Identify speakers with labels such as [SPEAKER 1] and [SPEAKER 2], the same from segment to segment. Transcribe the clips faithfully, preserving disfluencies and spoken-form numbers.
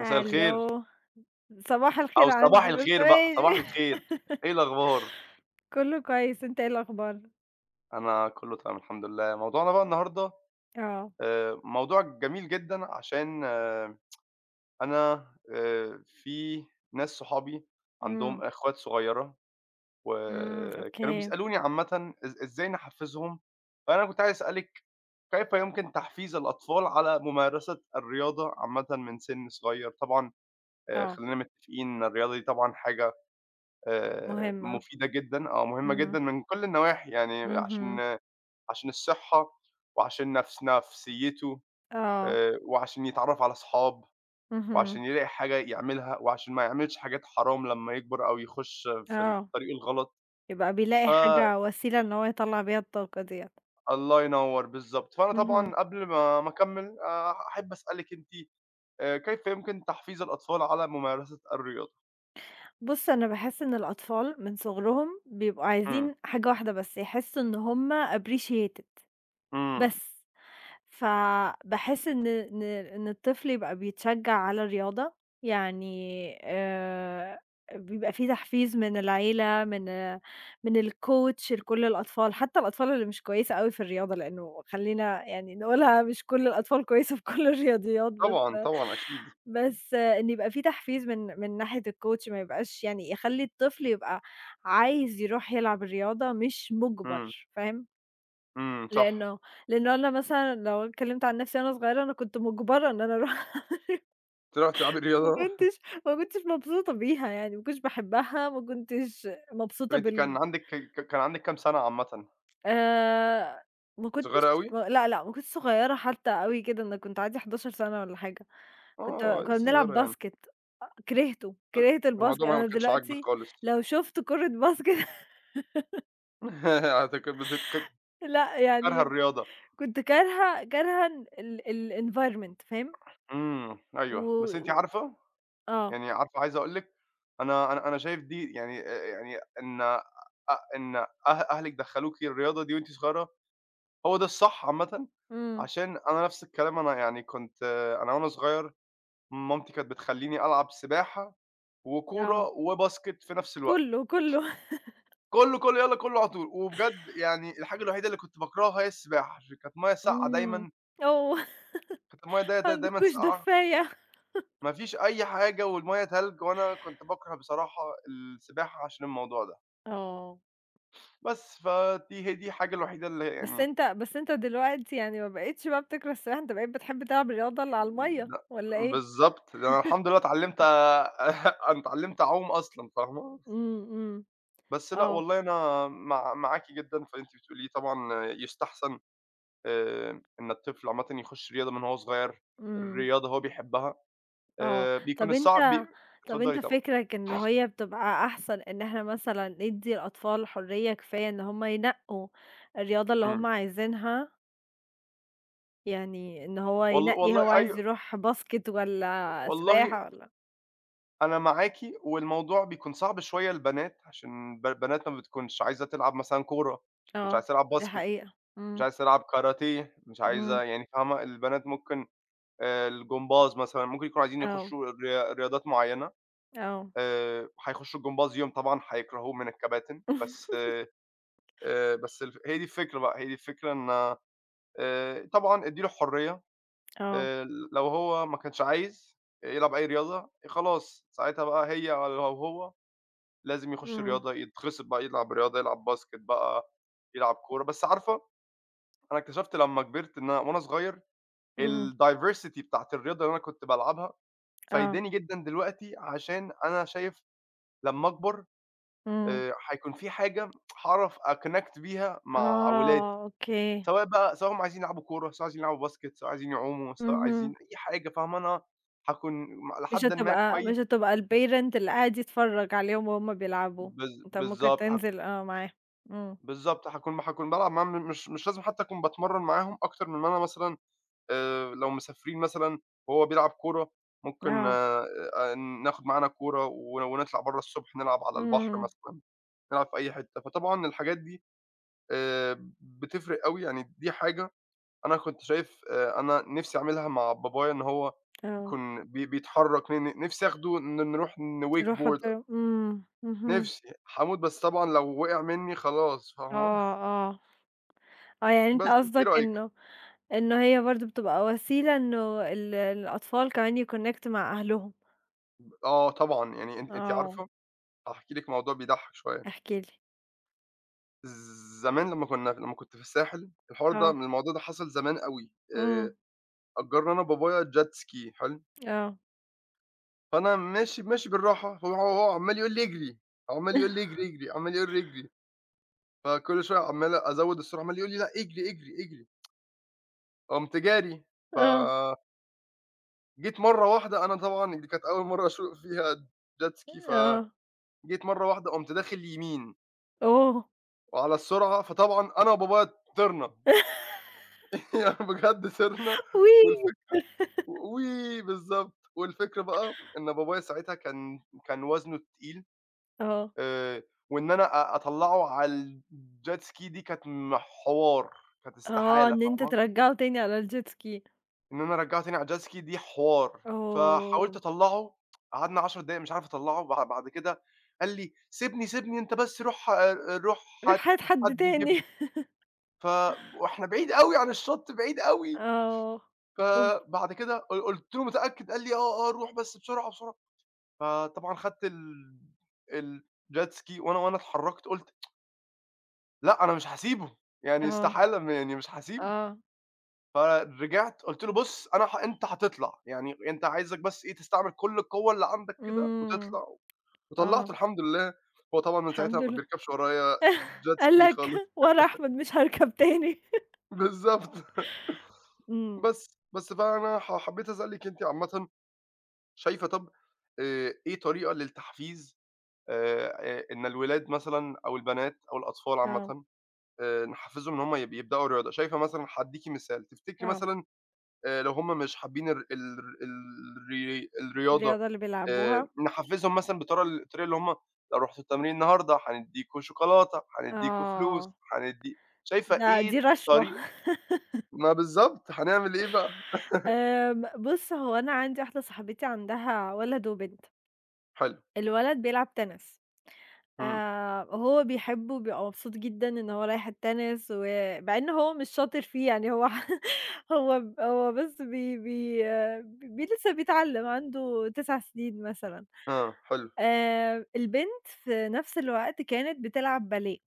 [SPEAKER 1] مساء الخير.
[SPEAKER 2] صباح الخير،
[SPEAKER 1] أو صباح
[SPEAKER 2] عندي بس
[SPEAKER 1] الخير بقى، صباح
[SPEAKER 2] ماشي.
[SPEAKER 1] الخير، إيه الأخبار؟
[SPEAKER 2] كله كويس، أنت إيه الأخبار؟
[SPEAKER 1] أنا كُلّه تمام الحمد لله. موضوعنا بقى النهارده
[SPEAKER 2] آه.
[SPEAKER 1] آآ، موضوع جميل جدًا. عشان آه، أنا آآ، في ناس صحابي عندهم
[SPEAKER 2] إمم.
[SPEAKER 1] أخوات صغيّرة،
[SPEAKER 2] إمم.
[SPEAKER 1] وكانوا
[SPEAKER 2] أوكي.
[SPEAKER 1] بيسألوني عامةً إز إزاي نحفّزهم. فأنا كنت عايز أسألِك، كيف يمكن تحفيز الأطفال على ممارسة الرياضة عامةً من سِن صغيّر؟ طبعًا آآ،
[SPEAKER 2] آه.
[SPEAKER 1] خلّينا متّفقين إن الرياضة دي طبعًا حاجة آآ
[SPEAKER 2] مهمة.
[SPEAKER 1] مفيدة جدًا، آه، مهمة
[SPEAKER 2] إمم.
[SPEAKER 1] جدًا من كل النواحي. يعني
[SPEAKER 2] اهم.
[SPEAKER 1] عشان عشان الصحة، وعشان نفس نفسيته،
[SPEAKER 2] آه.
[SPEAKER 1] آآ وعشان يتعرّف على أصحاب،
[SPEAKER 2] اهم.
[SPEAKER 1] وعشان يلاقي حاجة يعملها، وعشان ما يعملش حاجات حرام لمّا يكبر أو يخُش في
[SPEAKER 2] آه.
[SPEAKER 1] الطريق الغلط.
[SPEAKER 2] يبقى بيلاقي
[SPEAKER 1] ف
[SPEAKER 2] حاجة، وسيلة إن هو يطلّع بيها الطاقة ديّة.
[SPEAKER 1] الله ينوّر، بالضبط. فأنا
[SPEAKER 2] اهم.
[SPEAKER 1] طبعًا قبل ما ما أكمّل آآ أحب أسألِك أنتِ، آآ كيف يمكن تحفيز الأطفال على ممارسة الرياضة؟
[SPEAKER 2] بُص، أنا باحس إن الأطفال من صغرهم بيبقوا
[SPEAKER 1] إمم،
[SPEAKER 2] عايزين حاجة واحدة بس، يحسّوا إن هُم appreciated
[SPEAKER 1] إمم.
[SPEAKER 2] بس. فباحس إن إن إن الطفل يبقى بيتشجّع على الرياضة، يعني آآ بيبقى في تحفيز من العيلة، من من الcoach لكل الأطفال، حتى الأطفال اللي مش كويسة أوي في الرياضة، لإنه خلّينا يعني نقولها مش كل الأطفال كويسة في كل الرياضيات.
[SPEAKER 1] طبعًا،
[SPEAKER 2] بس
[SPEAKER 1] طبعًا أكيد.
[SPEAKER 2] بس إن يبقى في تحفيز من من ناحية الcoach، ما يبقاش يعني يخلّي الطفل يبقى عايز يروح يلعب الرياضة مش
[SPEAKER 1] إمم،
[SPEAKER 2] مُجبر، فاهم؟
[SPEAKER 1] إمم،
[SPEAKER 2] لإنه
[SPEAKER 1] صح.
[SPEAKER 2] لإنه أنا مثلًا لو اتكلمت عن نفسي وأنا صغيرة، أنا كنت مُجبرة إن أنا أروح.
[SPEAKER 1] تروحي تلعبي
[SPEAKER 2] ما
[SPEAKER 1] رياضة؟
[SPEAKER 2] كنتش ما كنتش مبسوطة بيها يعني، ما كنتش باحبها، ما كنتش
[SPEAKER 1] طب
[SPEAKER 2] مبسوطة
[SPEAKER 1] أنتِ
[SPEAKER 2] بال
[SPEAKER 1] كان عندِك ك ك كان عندِك كام سَنة عامةً؟
[SPEAKER 2] آآ، ما كنتش،
[SPEAKER 1] صغيرة أوي؟
[SPEAKER 2] لأ، لأ، ما كنتش صغيرة حتى أوي كده، أنا كنت عندي حداشر سنة والّا حاجة، كنت
[SPEAKER 1] آه،
[SPEAKER 2] كنا
[SPEAKER 1] لسه
[SPEAKER 2] بنلعب
[SPEAKER 1] صغيرة يعني.
[SPEAKER 2] باسكت، أ كرهته،
[SPEAKER 1] ف
[SPEAKER 2] كرهت الباسكت.
[SPEAKER 1] الموضوع ما
[SPEAKER 2] أنا
[SPEAKER 1] كانش عاجبِك
[SPEAKER 2] دلوقتي
[SPEAKER 1] خالص.
[SPEAKER 2] لو شُفت كرة باسكت.
[SPEAKER 1] أنتِ كنت بتك
[SPEAKER 2] لأ،
[SPEAKER 1] كارهة
[SPEAKER 2] يعني
[SPEAKER 1] الرياضة.
[SPEAKER 2] كنت كارهة كارهة ال ال الenvironment، فاهم؟
[SPEAKER 1] إمم،
[SPEAKER 2] و
[SPEAKER 1] أيوه. بس أنتِ
[SPEAKER 2] و
[SPEAKER 1] عارفة،
[SPEAKER 2] آه.
[SPEAKER 1] يعني عارفة عايز أقول لِك، أنا أنا أنا شايف دي يعني آآ، يعني إن أ إن أه أهلِك دخّلوكِ الرياضة دي وأنتِ صغيرة، هو ده الصح عامةً.
[SPEAKER 2] إمم.
[SPEAKER 1] عشان أنا نفس الكلام، أنا يعني كنت، أنا وأنا صغير مامتي كانت بتخلّيني ألعب سباحة
[SPEAKER 2] آه.
[SPEAKER 1] وكورة وباسكت في نفس الوقت.
[SPEAKER 2] كُلّه، كُلّه.
[SPEAKER 1] كله، كله، يالّا كله على طول. وبجد يعني الحاجة الوحيدة اللي كنت باكرهها هي السباحة، عشان كانت مَيّة ساقعة
[SPEAKER 2] إمم.
[SPEAKER 1] دايمًا.
[SPEAKER 2] آه.
[SPEAKER 1] كانت المَيّة دا
[SPEAKER 2] ما
[SPEAKER 1] دا دايمًا
[SPEAKER 2] عندكوش
[SPEAKER 1] ساقعة،
[SPEAKER 2] دفّاية.
[SPEAKER 1] ما فيش أي حاجة والمَيّة تلج، وأنا كنت باكره بصراحة السباحة عشان الموضوع ده.
[SPEAKER 2] آه.
[SPEAKER 1] بس، فدي هي دي الحاجة الوحيدة اللي
[SPEAKER 2] بس
[SPEAKER 1] يعني
[SPEAKER 2] أنت بس أنت دلوقتي يعني ما بقيتش بقى بتكره السباحة، أنت بقيت بتحب تلعب الرياضة اللي على
[SPEAKER 1] د
[SPEAKER 2] المَيّة والّا إيه؟
[SPEAKER 1] بالضبط. ده أنا الحمد لله اتعلّمت أنا اتعلّمت أعوم أصلًا، فاهمة؟
[SPEAKER 2] إمم. إمم.
[SPEAKER 1] بس لأ
[SPEAKER 2] آه.
[SPEAKER 1] والله أنا مع معاكِ جدًا في اللي أنتِ بتقوليه. طبعًا يُستحسن آآ إن الطفل عامةً يخُش رياضة من وهو صغير،
[SPEAKER 2] إمم.
[SPEAKER 1] الرياضة هو بيحبها.
[SPEAKER 2] آه.
[SPEAKER 1] آآ بيكون
[SPEAKER 2] طَب
[SPEAKER 1] الصعب بي
[SPEAKER 2] أنت طَب أنت
[SPEAKER 1] اتفضّلي طبعًا.
[SPEAKER 2] فكرك إن هي بتبقى أحسن إن إحنا مثلًا ندّي الأطفال حرية كفاية إن هم ينقّوا الرياضة اللي
[SPEAKER 1] إمم.
[SPEAKER 2] هم عايزينها؟ يعني إن هو
[SPEAKER 1] والل
[SPEAKER 2] ينقّي،
[SPEAKER 1] والله
[SPEAKER 2] هو
[SPEAKER 1] أيوه،
[SPEAKER 2] عايز يروح باسكت والّا
[SPEAKER 1] والله
[SPEAKER 2] سباحة والّا
[SPEAKER 1] أنا معاكِ. والموضوع بيكون صعب شوية للبنات، عشان ب البنات ما بتكونش عايزة تلعب مثلًا كورة، مش
[SPEAKER 2] آه.
[SPEAKER 1] عايزة تلعب
[SPEAKER 2] دي
[SPEAKER 1] باسكت،
[SPEAKER 2] حقيقة.
[SPEAKER 1] مش
[SPEAKER 2] إمم.
[SPEAKER 1] عايزة تلعب كاراتيه، مش
[SPEAKER 2] إمم.
[SPEAKER 1] عايزة يعني، فاهمة، البنات ممكن آآ الجمباز مثلًا، ممكن يكونوا عايزين
[SPEAKER 2] آه.
[SPEAKER 1] يخشّوا ريا رياضات معيّنة.
[SPEAKER 2] آه.
[SPEAKER 1] آآ هيخشّوا الجمباز يوم، طبعًا هيكرهوه من الكباتن. بس آآ بس الف هي دي الفكرة بقى، هي دي الفكرة، إن آآ طبعًا ادّي له حرية.
[SPEAKER 2] آه.
[SPEAKER 1] آآ لو هو ما كانش عايز يلعب أي رياضة، خلاص ساعتها بقى هي او لو هو لازم يخش
[SPEAKER 2] إمم.
[SPEAKER 1] رياضة، يتغصب بقى يلعب رياضة، يلعب باسكت بقى، يلعب كورة. بس عارفة، أنا اكتشفت لمّا كبرت إن أنا وأنا صغير
[SPEAKER 2] إمم.
[SPEAKER 1] الdiversity بتاعة الرياضة اللي أنا كنت بالعبها
[SPEAKER 2] آه.
[SPEAKER 1] فايداني جدًا دلوقتي. عشان أنا شايف لمّا أكبر
[SPEAKER 2] إمم.
[SPEAKER 1] آآ هيكون في حاجة هاعرف أconnect بيها مع ولادي.
[SPEAKER 2] آه، أوكي.
[SPEAKER 1] سواء بقى، سواء هُم عايزين يلعبوا كورة، سواء عايزين يلعبوا باسكت، سواء عايزين يعوموا، سواء
[SPEAKER 2] اهم.
[SPEAKER 1] عايزين أي حاجة، فاهمة، أنا هاكون إلى
[SPEAKER 2] مش
[SPEAKER 1] حدٍ ما
[SPEAKER 2] هتبقى
[SPEAKER 1] كويس.
[SPEAKER 2] مش هتبقى الparent اللي قاعد يتفرّج عليهم وهُم بيلعبوا،
[SPEAKER 1] بالض
[SPEAKER 2] أنت ممكن
[SPEAKER 1] بالضبط، هاك
[SPEAKER 2] تنزل آه معاهم. إمم.
[SPEAKER 1] بالضبط، هاكون هاكون بالعب معاهم، م مش مش لازم حتى أكون باتمرّن معاهم أكتر من ما أنا مثلًا آآ، لو مسافرين مثلًا وهو بيلعب كورة، ممكن
[SPEAKER 2] آه.
[SPEAKER 1] آآ، ناخد معانا كورة ون ونطلع برّه الصبح نلعب على البحر
[SPEAKER 2] إمم.
[SPEAKER 1] مثلًا، نلعب في أي حتة. فطبعًا الحاجات دي آآ، بتفرق أوي. يعني دي حاجة أنا كنت شايف آآ أنا نِفْسي أعملها مع بابايا، إن هو
[SPEAKER 2] آه.
[SPEAKER 1] يكون بي بيتحرّك. ن نِفْسي آخده ن نروح نwake
[SPEAKER 2] تروحوا ت
[SPEAKER 1] board
[SPEAKER 2] إمم. اهم.
[SPEAKER 1] نِفْسي. هاموت، بس طبعًا لو وقع منّي خلاص، فاهمة؟
[SPEAKER 2] آه. آه. آه، يعني أنت
[SPEAKER 1] بس أنتِ إيه
[SPEAKER 2] قصدك
[SPEAKER 1] رأيِك؟
[SPEAKER 2] إنه إنه هي برضه بتبقى وسيلة إنه ال الأطفال كمان يconnect مع أهلهم.
[SPEAKER 1] آه طبعًا. يعني أنتِ أنتِ
[SPEAKER 2] آه،
[SPEAKER 1] عارفة، هاحكي لِك موضوع بيضحّك شوية.
[SPEAKER 2] احكِ لي.
[SPEAKER 1] زمان لمّا كُنّا، لمّا كنت في الساحل، الحوار ده،
[SPEAKER 2] آه.
[SPEAKER 1] الموضوع ده حصل زمان أوي. آآ
[SPEAKER 2] إمم.
[SPEAKER 1] أجّرنا أنا وبابايا jet ski حلو،
[SPEAKER 2] آه.
[SPEAKER 1] فأنا ماشي ماشي بالراحة، فهو هو عمّال يقول لي اجري، عمّال يقول لي اجري، اجري، عمّال يقول لي اجري. فكل شوية عمّال أزوّد السرعة، عمّال يقول لي: "لأ اجري، اجري، اجري." قُمت جاري.
[SPEAKER 2] آه.
[SPEAKER 1] فجيت مرّة واحدة، أنا طبعًا دي كانت أول مرّة أسوق فيها jet ski،
[SPEAKER 2] آه.
[SPEAKER 1] فجيت مرّة واحدة قُمت داخل يمين
[SPEAKER 2] أوه!
[SPEAKER 1] وعلى السرعة، فطبعًا أنا وبابايا طِرنا. يعني بجد طِرنا.
[SPEAKER 2] وي
[SPEAKER 1] والفك وي بالضبط. والفكرة بقى إن بابايا ساعتها كان كان وزنه تقيل،
[SPEAKER 2] آه.
[SPEAKER 1] آآ، وإن أنا أ أطلّعه على الjet ski دي كانت م حوار، كانت
[SPEAKER 2] آه،
[SPEAKER 1] استحالة،
[SPEAKER 2] إن أنت
[SPEAKER 1] فاهمة؟
[SPEAKER 2] ترجّعه تاني على الjet ski.
[SPEAKER 1] إن أنا أرجّعه تاني على الjet ski دي حوار. فحاولت
[SPEAKER 2] آه،
[SPEAKER 1] أطلّعه، قعدنا عشر دقايق مش عارف أطلّعه. بع بعد كده قال لي: "سيبني، سيبني أنت بس روح آآ روح هات
[SPEAKER 2] روح هات حد
[SPEAKER 1] حد يجيبني."
[SPEAKER 2] تاني.
[SPEAKER 1] ف وإحنا بعيد أوي عن الشط، بعيد أوي.
[SPEAKER 2] آه. أوف!
[SPEAKER 1] فبعد كده ق قُلت له: "متأكد؟" قال لي: "آه، آه، روح بس بسرعة، بسرعة." فطبعًا خدت ال الjet ski، وأنا وأنا اتحرّكت قُلت لأ، أنا مش هاسيبه، يعني
[SPEAKER 2] آه.
[SPEAKER 1] استحالة، م يعني مش هاسيبه.
[SPEAKER 2] آه.
[SPEAKER 1] فرجعت قُلت له: "بُص أنا ه أنت هتطلع، يعني أنت عايزك بس إيه، تستعمل كل القوة اللي عندك كده
[SPEAKER 2] إمم.
[SPEAKER 1] وتطلع." وطلّعته
[SPEAKER 2] آه.
[SPEAKER 1] الحمد لله. هو طبعًا من ساعتها
[SPEAKER 2] الحمد
[SPEAKER 1] ما
[SPEAKER 2] لله.
[SPEAKER 1] بيركبش ورايا jet
[SPEAKER 2] قال
[SPEAKER 1] ski
[SPEAKER 2] لك
[SPEAKER 1] خالص.
[SPEAKER 2] ورا أحمد مش هاركب تاني.
[SPEAKER 1] بالضبط.
[SPEAKER 2] إمم.
[SPEAKER 1] بس، بس فأنا ح حبيت أسألِك أنتِ عامةً، شايفة، طَب آآ إيه طريقة للتحفيز، آآ آآ إن الولاد مثلًا أو البنات أو الأطفال
[SPEAKER 2] آه.
[SPEAKER 1] عامةً آآ نحفّزهم إن هم يب يبدأوا رياضة؟ شايفة مثلًا، هادّيكِ مثال، تفتكري
[SPEAKER 2] آه.
[SPEAKER 1] مثلًا آآ لو هُم مش حابين ال ال الري الرياضة،
[SPEAKER 2] الرياضة اللي
[SPEAKER 1] آآ
[SPEAKER 2] بيلعبوها
[SPEAKER 1] نحفّزهم مثلًا بالطريقة الطريقة اللي هُم لو رُحتوا التمرين النهارده هندّيكم شوكولاتة، هندّيكم فلوس،
[SPEAKER 2] آه.
[SPEAKER 1] هندّي شايفة
[SPEAKER 2] ده دي
[SPEAKER 1] إيه
[SPEAKER 2] رشوة.
[SPEAKER 1] طريقة؟ ما بالضبط، هنعمل إيه بقى؟
[SPEAKER 2] آمم، بُص، هو أنا عندي واحدة صاحبتي عندها ولد وبنت،
[SPEAKER 1] حلو،
[SPEAKER 2] الولد بيلعب تنس.
[SPEAKER 1] إمم،
[SPEAKER 2] آآ هو بيحبه وبيبقى مبسوط جدًا إن هو رايح التنس، ومع إن هو مش شاطر فيه يعني هو هو ب هو بس بي بي آه، بي لسه بيتعلم، عنده تسع سنين مثلًا.
[SPEAKER 1] آه، حلو،
[SPEAKER 2] آآ البنت في نفس الوقت كانت بتلعب باليه.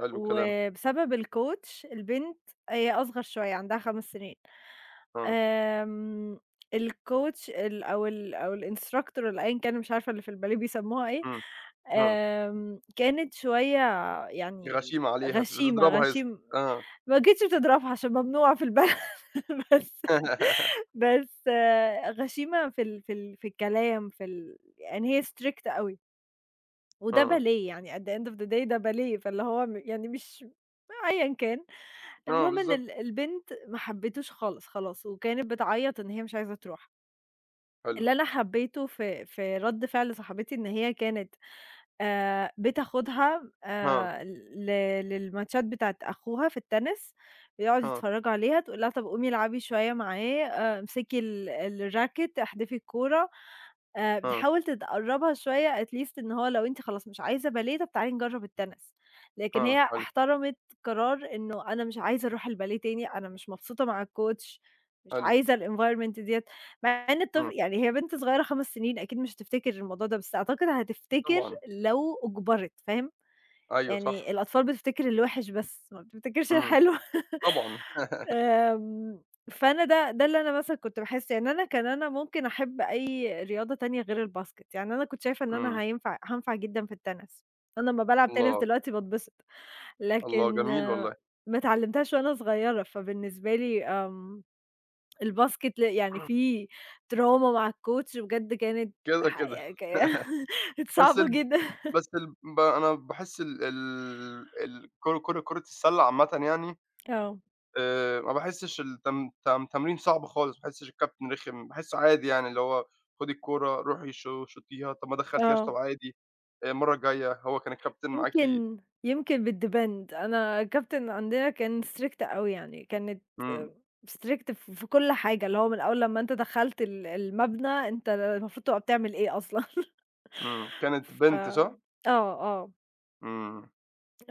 [SPEAKER 1] حلو الكلام،
[SPEAKER 2] وبسبب الcoach، البنت هي أصغر شوية، عندها خمس سنين.
[SPEAKER 1] آه،
[SPEAKER 2] آمم، الcoach ال أو ال أو الinstructor والّا أيًا كان مش عارفة اللي في الباليه بيسموها إيه،
[SPEAKER 1] إمم، آه،
[SPEAKER 2] آمم كانت شوية يعني
[SPEAKER 1] غشيمة عليها،
[SPEAKER 2] غشيمة،
[SPEAKER 1] بتضربها يسطا،
[SPEAKER 2] غشيم
[SPEAKER 1] آه،
[SPEAKER 2] ما جيتش بتضربها عشان ممنوع في البلد. بس بس آه، غشيمة في ال في ال في الكلام في ال، يعني هي strict أوي. وده
[SPEAKER 1] آه،
[SPEAKER 2] باليه يعني at the end of the day، ده باليه، فاللي هو م يعني مش أيًا كان،
[SPEAKER 1] آه
[SPEAKER 2] المهم إن
[SPEAKER 1] بالضبط،
[SPEAKER 2] ال البنت ما حبيتوش خالص خلاص، وكانت بتعيط إن هي مش عايزة تروح.
[SPEAKER 1] حلو،
[SPEAKER 2] اللي أنا حبيته في في رد فعل صاحبتي إن هي كانت آآ بتاخدها
[SPEAKER 1] آه،
[SPEAKER 2] آآ ل للماتشات بتاعة أخوها في التنس، بيقعدوا
[SPEAKER 1] آه،
[SPEAKER 2] يتفرّجوا عليها، تقول لها: "طَب قومي العبي شوية معاه، آآ امسكي ال الراكت، احدفي الكورة." آآ
[SPEAKER 1] آه،
[SPEAKER 2] بتحاول تقرّبها شوية at least، إن هو لو أنتِ خلاص مش عايزة باليه، طَب تعالي نجرّب التنس، لكن
[SPEAKER 1] آه،
[SPEAKER 2] هي
[SPEAKER 1] حلو،
[SPEAKER 2] احترمت قرار إنه أنا مش عايزة أروح الباليه تاني، أنا مش مبسوطة مع الcoach، مش
[SPEAKER 1] حلو،
[SPEAKER 2] عايزة الenvironment ديّة. مع إن الطفل
[SPEAKER 1] إمم،
[SPEAKER 2] يعني هي بنت صغيّرة خمس سنين أكيد مش هتفتكر الموضوع ده، بس أعتقد هتفتكر
[SPEAKER 1] طبعًا،
[SPEAKER 2] لو أُجبرِت، فاهم؟
[SPEAKER 1] أيوه
[SPEAKER 2] يعني
[SPEAKER 1] صح،
[SPEAKER 2] الأطفال بتفتكر الوِحِش بس، ما بتفتكرش
[SPEAKER 1] إمم،
[SPEAKER 2] الحلو.
[SPEAKER 1] طبعًا.
[SPEAKER 2] آمم، فأنا ده ده اللي أنا مثلًا كنت باحس. يعني أنا كان أنا ممكن أحب أي رياضة تانية غير الباسكت، يعني أنا كنت شايفة إن أنا
[SPEAKER 1] إمم.
[SPEAKER 2] هينفع هانفع جدًا في التنس. أنا أمّا بالعب تنس
[SPEAKER 1] الله،
[SPEAKER 2] دلوقتي باتبسط،
[SPEAKER 1] الله
[SPEAKER 2] لكن
[SPEAKER 1] جميل والله.
[SPEAKER 2] آه، ما اتعلمتهاش وأنا صغيّرة. فبالنسبة لي آمم الباسكت ل يعني في تروما مع الcoach بجد كانت
[SPEAKER 1] كده،
[SPEAKER 2] ح
[SPEAKER 1] كده.
[SPEAKER 2] ك كانت
[SPEAKER 1] بس
[SPEAKER 2] صعبة
[SPEAKER 1] ال
[SPEAKER 2] جدًا.
[SPEAKER 1] بس ال ب أنا باحس ال ال الكرة كرة كرة كرة السلة عامةً يعني
[SPEAKER 2] آه.
[SPEAKER 1] آآ ما باحسّش التم تم تمرين صعب خالص، ما باحسّش الكابتن رخم، باحسّه عادي، يعني اللي هو خُدي الكورة، روحي شو شوطيها، طَب ما دخّلتيهاش،
[SPEAKER 2] آه.
[SPEAKER 1] طَب عادي. آآ المَرّة الجاية هو كان الكابتن معاكِ.
[SPEAKER 2] يمكن، يمكن بتdepend. أنا الكابتن عندنا كان strict أوي، يعني كانت
[SPEAKER 1] إمم،
[SPEAKER 2] strict ف في كل حاجة، اللي هو من أول لمّا أنت دخلت ال المبنى أنت المفروض تبقى بتعمل إيه أصلًا.
[SPEAKER 1] إمم. كانت
[SPEAKER 2] ف
[SPEAKER 1] بنت صح؟
[SPEAKER 2] آه. آه.
[SPEAKER 1] إمم.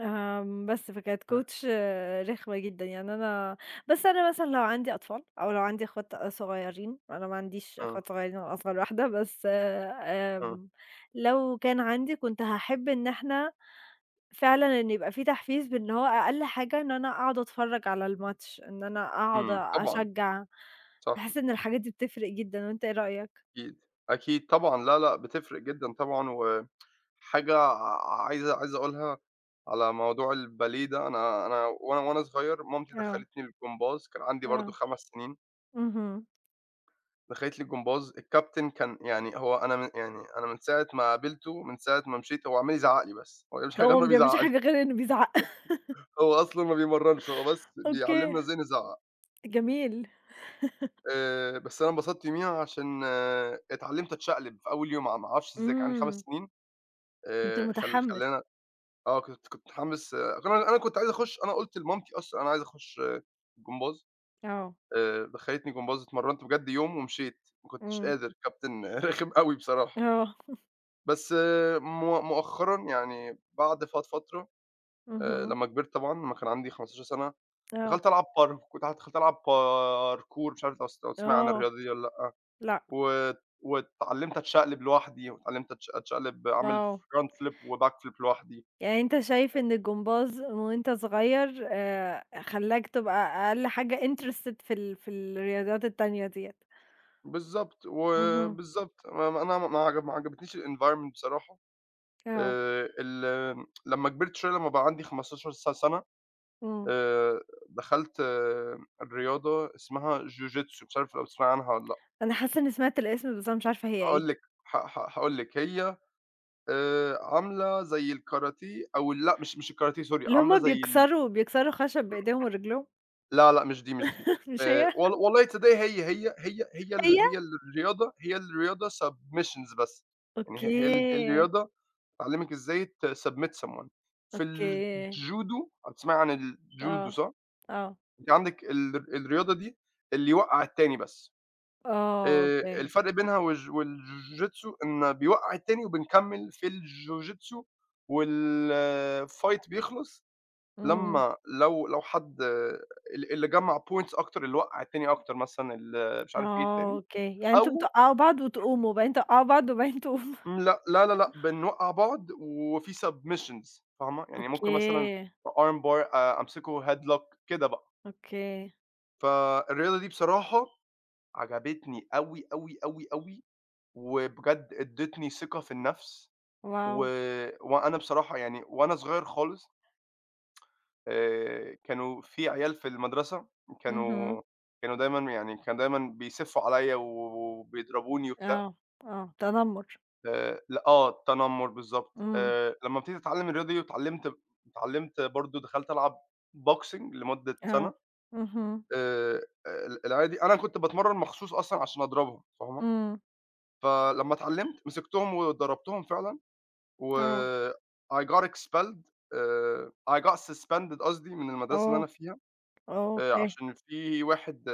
[SPEAKER 2] آمم، بس فكانت
[SPEAKER 1] آه،
[SPEAKER 2] coach رخمة جدًا. يعني أنا بس أنا مثلًا لو عندي أطفال أو لو عندي أخوات صغيّرين، أنا ما عنديش
[SPEAKER 1] آه،
[SPEAKER 2] أخوات صغيّرين، أنا أصغر واحدة، بس
[SPEAKER 1] آه.
[SPEAKER 2] آمم، لو كان عندي، كنت هاحب إن إحنا فعلًا إن يبقى في تحفيز، بإن هو أقل حاجة إن أنا أقعد أتفرّج على الماتش، إن أنا أقعد
[SPEAKER 1] إمم، طبعًا،
[SPEAKER 2] أشجّع. باحس
[SPEAKER 1] صح.
[SPEAKER 2] إن الحاجات دي بتفرق جدًا، وأنت إيه رأيك؟
[SPEAKER 1] أكيد، أكيد طبعًا، لا، لأ، بتفرق جدًا طبعًا. وحاجة ع عايز عايز أقولها على موضوع الباليه ده. أنا أنا وأنا وأنا صغير مامتي
[SPEAKER 2] آه.
[SPEAKER 1] دخّلتني الجمباز، كان عندي برضه
[SPEAKER 2] آه.
[SPEAKER 1] خمس سنين.
[SPEAKER 2] اهم.
[SPEAKER 1] دخّلت لي الجمباز، الكابتن كان يعني هو، أنا من يعني أنا من ساعة ما قابلته، من ساعة ما مشيت هو عمّال يزعّق لي بس، هو مش غير
[SPEAKER 2] هو
[SPEAKER 1] ما
[SPEAKER 2] ما بيعملش
[SPEAKER 1] بيزعّق لي.
[SPEAKER 2] حاجة غير إنه بيزعق.
[SPEAKER 1] هو أصلًا ما بيمرّنش، هو بس بيعلّمنا
[SPEAKER 2] أوكي،
[SPEAKER 1] إزاي نزعّق.
[SPEAKER 2] جميل.
[SPEAKER 1] آآ، بس أنا انبسطت يوميها عشان آه، اتعلّمت أتشقلب في أول يوم، ع ما أعرفش إزاي، كان عندي خمس
[SPEAKER 2] إمم.
[SPEAKER 1] سنين.
[SPEAKER 2] كنت
[SPEAKER 1] آآ، خل
[SPEAKER 2] متحمس.
[SPEAKER 1] خلّاني آه، كنت كنت متحمّس. أنا أنا كنت عايز أخُش، أنا قُلت لمامتي أصلًا أنا عايز أخُش آه، جمباز.
[SPEAKER 2] آه.
[SPEAKER 1] آآ دخّلتني جمباز، اتمرّنت بجد يوم ومشيت، ما كنتش
[SPEAKER 2] إمم.
[SPEAKER 1] قادر، الكابتن رخم أوي بصراحة.
[SPEAKER 2] آه.
[SPEAKER 1] بس مؤ مؤخرًا، يعني بعد فت فترة آآ
[SPEAKER 2] اهم.
[SPEAKER 1] لمّا كبرت طبعًا، لمّا كان عندي خمستاشر سَنة،
[SPEAKER 2] آه.
[SPEAKER 1] دخلت ألعب بار كنت دخلت ألعب parkour. مش عارف لو س لو تسمعي عن
[SPEAKER 2] آه.
[SPEAKER 1] الرياضة دي والّا لأ.
[SPEAKER 2] لأ.
[SPEAKER 1] و واتعلّمت أتشقلب لوحدي، واتعلّمت أتش أتشقلب أعمل
[SPEAKER 2] واو!
[SPEAKER 1] front flip وback flip لوحدي.
[SPEAKER 2] يعني أنت شايف إن الجمباز وأنت صغير آآ، خلّاك تبقى أقل حاجة interested في ال في الرياضات التانية ديّة.
[SPEAKER 1] بالضبط،
[SPEAKER 2] اهم.
[SPEAKER 1] وبالضبط، ما ما أنا ما عجب ما عجبتنيش الenvironment بصراحة.
[SPEAKER 2] آه.
[SPEAKER 1] آآ ال لمّا كبرت شوية، لمّا بقى عندي خمسة عشر س سنة،
[SPEAKER 2] إمم.
[SPEAKER 1] آآ دخلت رياضة اسمها جوجيتسو، مش عارف لو تسمعي عنها والّا لأ.
[SPEAKER 2] أنا حاسة إني سمعت الاسم، بس أنا مش عارفة هي إيه.
[SPEAKER 1] هاقول لِك، ه ه هاقول لِك هي آآ عاملة زي الكاراتيه، أو لأ، مش مش الكاراتيه sorry،
[SPEAKER 2] اللي
[SPEAKER 1] عاملة
[SPEAKER 2] هُم
[SPEAKER 1] زي ال
[SPEAKER 2] بيكسروا بيكسروا خشب بإيديهم ورجليهم.
[SPEAKER 1] لا، لأ، مش دي، مش دي.
[SPEAKER 2] مش
[SPEAKER 1] آآ
[SPEAKER 2] هي؟
[SPEAKER 1] وال والله تصدّقي، هي، هي، هي، هي ال
[SPEAKER 2] هي؟
[SPEAKER 1] هي الرياضة هي الرياضة submissions بس. يعني هي هي ال هي
[SPEAKER 2] أوكي.
[SPEAKER 1] الرياضة بتعلّمِك إزاي تsubmit someone. في
[SPEAKER 2] أوكي.
[SPEAKER 1] الجودو، هتسمعي عن الجودو
[SPEAKER 2] آه.
[SPEAKER 1] صح؟
[SPEAKER 2] آه.
[SPEAKER 1] أنتِ عندِك ال الرياضة دي اللي يوقّع التاني بس.
[SPEAKER 2] آه.
[SPEAKER 1] آآ
[SPEAKER 2] أوكي.
[SPEAKER 1] الفرق بينها والج والجوجيتسو إن بيوقّع التاني وبنكمّل في الجوجيتسو، والfight بيخلص
[SPEAKER 2] إمم.
[SPEAKER 1] لمّا لو لو حد ال اللي جمّع points أكتر، اللي وقّع التاني أكتر مثلًا، اللي مش عارف إيه
[SPEAKER 2] آه.
[SPEAKER 1] التاني.
[SPEAKER 2] أوكي، يعني أنتم
[SPEAKER 1] أو
[SPEAKER 2] بتوقّعوا بعض وتقوموا، بعدين توقّعوا بعض وبعدين تقوموا.
[SPEAKER 1] لأ، لا، لا، لأ، بنوقّع بعض وفي submissions، فاهمة؟ يعني ممكن
[SPEAKER 2] أوكي.
[SPEAKER 1] مثلًا arm bar، آآ أمسكه headlock كده بقى.
[SPEAKER 2] أوكي.
[SPEAKER 1] فالرياضة دي بصراحة عجبتني أوي، أوي، أوي، أوي، وبجد ادّتني ثقة في النَفْس. و
[SPEAKER 2] واو!
[SPEAKER 1] وأنا بصراحة يعني وأنا صغير خالص، آآ كانوا في عيال في المدرسة
[SPEAKER 2] اهم.
[SPEAKER 1] كانوا، كانوا دايمًا يعني كانوا دايمًا بيسِفّوا عليّا وبيضربوني وبتاع.
[SPEAKER 2] آه. آه، تنمُّر.
[SPEAKER 1] آآ لأ آه، التنمُّر بالضبط.
[SPEAKER 2] إمم.
[SPEAKER 1] آآ لمّا ابتديت أتعلّم الرياضة دي واتعلّمت، اتعلّمت برضه دخلت ألعب boxing لمدة
[SPEAKER 2] آه.
[SPEAKER 1] سَنة.
[SPEAKER 2] اهم.
[SPEAKER 1] آآ ال العيال دي أنا كنت باتمرّن مخصوص أصلًا عشان أضربهم، فاهمة؟
[SPEAKER 2] إمم.
[SPEAKER 1] فلمّا اتعلّمت مسكتهم وضربتهم فعلًا. و
[SPEAKER 2] آه.
[SPEAKER 1] I got expelled آآ I got suspended قصدي، من المدرسة اللي
[SPEAKER 2] آه.
[SPEAKER 1] أنا فيها. آآ
[SPEAKER 2] أوكي.
[SPEAKER 1] عشان في واحد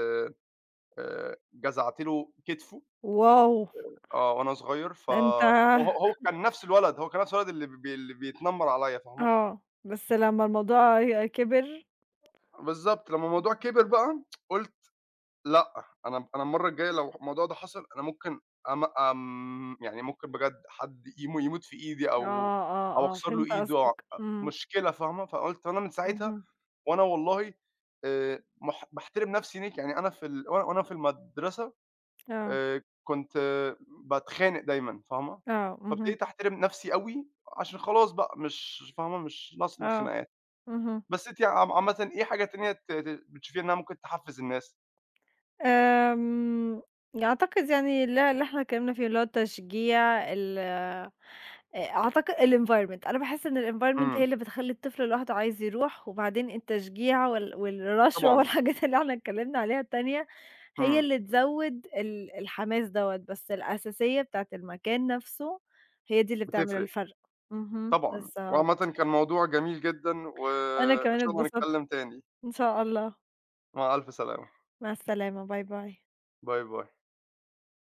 [SPEAKER 1] آآ جزعت له كتفه.
[SPEAKER 2] واو!
[SPEAKER 1] آه، وأنا صغير. ف
[SPEAKER 2] ده أنت
[SPEAKER 1] وهو هو كان نفس الولد، هو كان نفس الولد اللي بي اللي بيتنمر عليّا، فاهمة؟
[SPEAKER 2] آه، بس لمّا الموضوع ي كبر
[SPEAKER 1] بالضبط، لمّا الموضوع
[SPEAKER 2] إمم.
[SPEAKER 1] كبر بقى قُلت لأ، أنا أنا المرّة الجاية لو الموضوع ده حصل أنا ممكن أم آمم يعني ممكن بجد حد يمو يموت في إيدي،
[SPEAKER 2] آه.
[SPEAKER 1] أو أو
[SPEAKER 2] آه. آه،
[SPEAKER 1] أكسر له
[SPEAKER 2] فهمت
[SPEAKER 1] إيده، أو
[SPEAKER 2] قصدك. إمم.
[SPEAKER 1] مشكلة، فاهمة؟ فقُلت أنا من ساعتها،
[SPEAKER 2] اهم.
[SPEAKER 1] وأنا والله آآ مح باحترم نفسي هناك. يعني أنا في ال وأنا وأنا في المدرسة
[SPEAKER 2] آه.
[SPEAKER 1] آآ كنت باتخانق دايمًا، فاهمة؟
[SPEAKER 2] آه. اهم.
[SPEAKER 1] فابتديت أحترم نَفْسي أوي، عشان خلاص بقى، مش فاهمة، مش ناقصنا
[SPEAKER 2] آه.
[SPEAKER 1] خناقات.
[SPEAKER 2] اهم.
[SPEAKER 1] بس أنتِ عم عامةً إيه حاجة تانية ت ت بتشوفيها إنها ممكن تحفّز الناس؟
[SPEAKER 2] آمم، أعتقد يعني اللي اللي إحنا اتكلمنا فيه، اللي هو التشجيع ال آآ، أعتقد الenvironment. أنا باحس إن الenvironment هي
[SPEAKER 1] إمم،
[SPEAKER 2] اللي بتخلّي الطفل لوحده عايز يروح. وبعدين التشجيع وال والرشوة
[SPEAKER 1] طبعًا،
[SPEAKER 2] والحاجات اللي إحنا اتكلمنا عليها التانية، هي
[SPEAKER 1] إمم،
[SPEAKER 2] اللي تزوّد ال الحماس دوّة. بس الأساسية بتاعة المكان نفسه هي دي اللي بتعمل
[SPEAKER 1] بتفرق
[SPEAKER 2] الفرق. اهم،
[SPEAKER 1] طبعًا.
[SPEAKER 2] بالضبط.
[SPEAKER 1] وعامةً كان موضوع جميل جدًا،
[SPEAKER 2] أنا
[SPEAKER 1] وإن
[SPEAKER 2] كمان
[SPEAKER 1] شاء الله
[SPEAKER 2] اتبسطت.
[SPEAKER 1] نتكلّم تاني.
[SPEAKER 2] إن شاء الله.
[SPEAKER 1] مع ألف سلامة.
[SPEAKER 2] مع السلامة، باي باي.
[SPEAKER 1] باي، باي.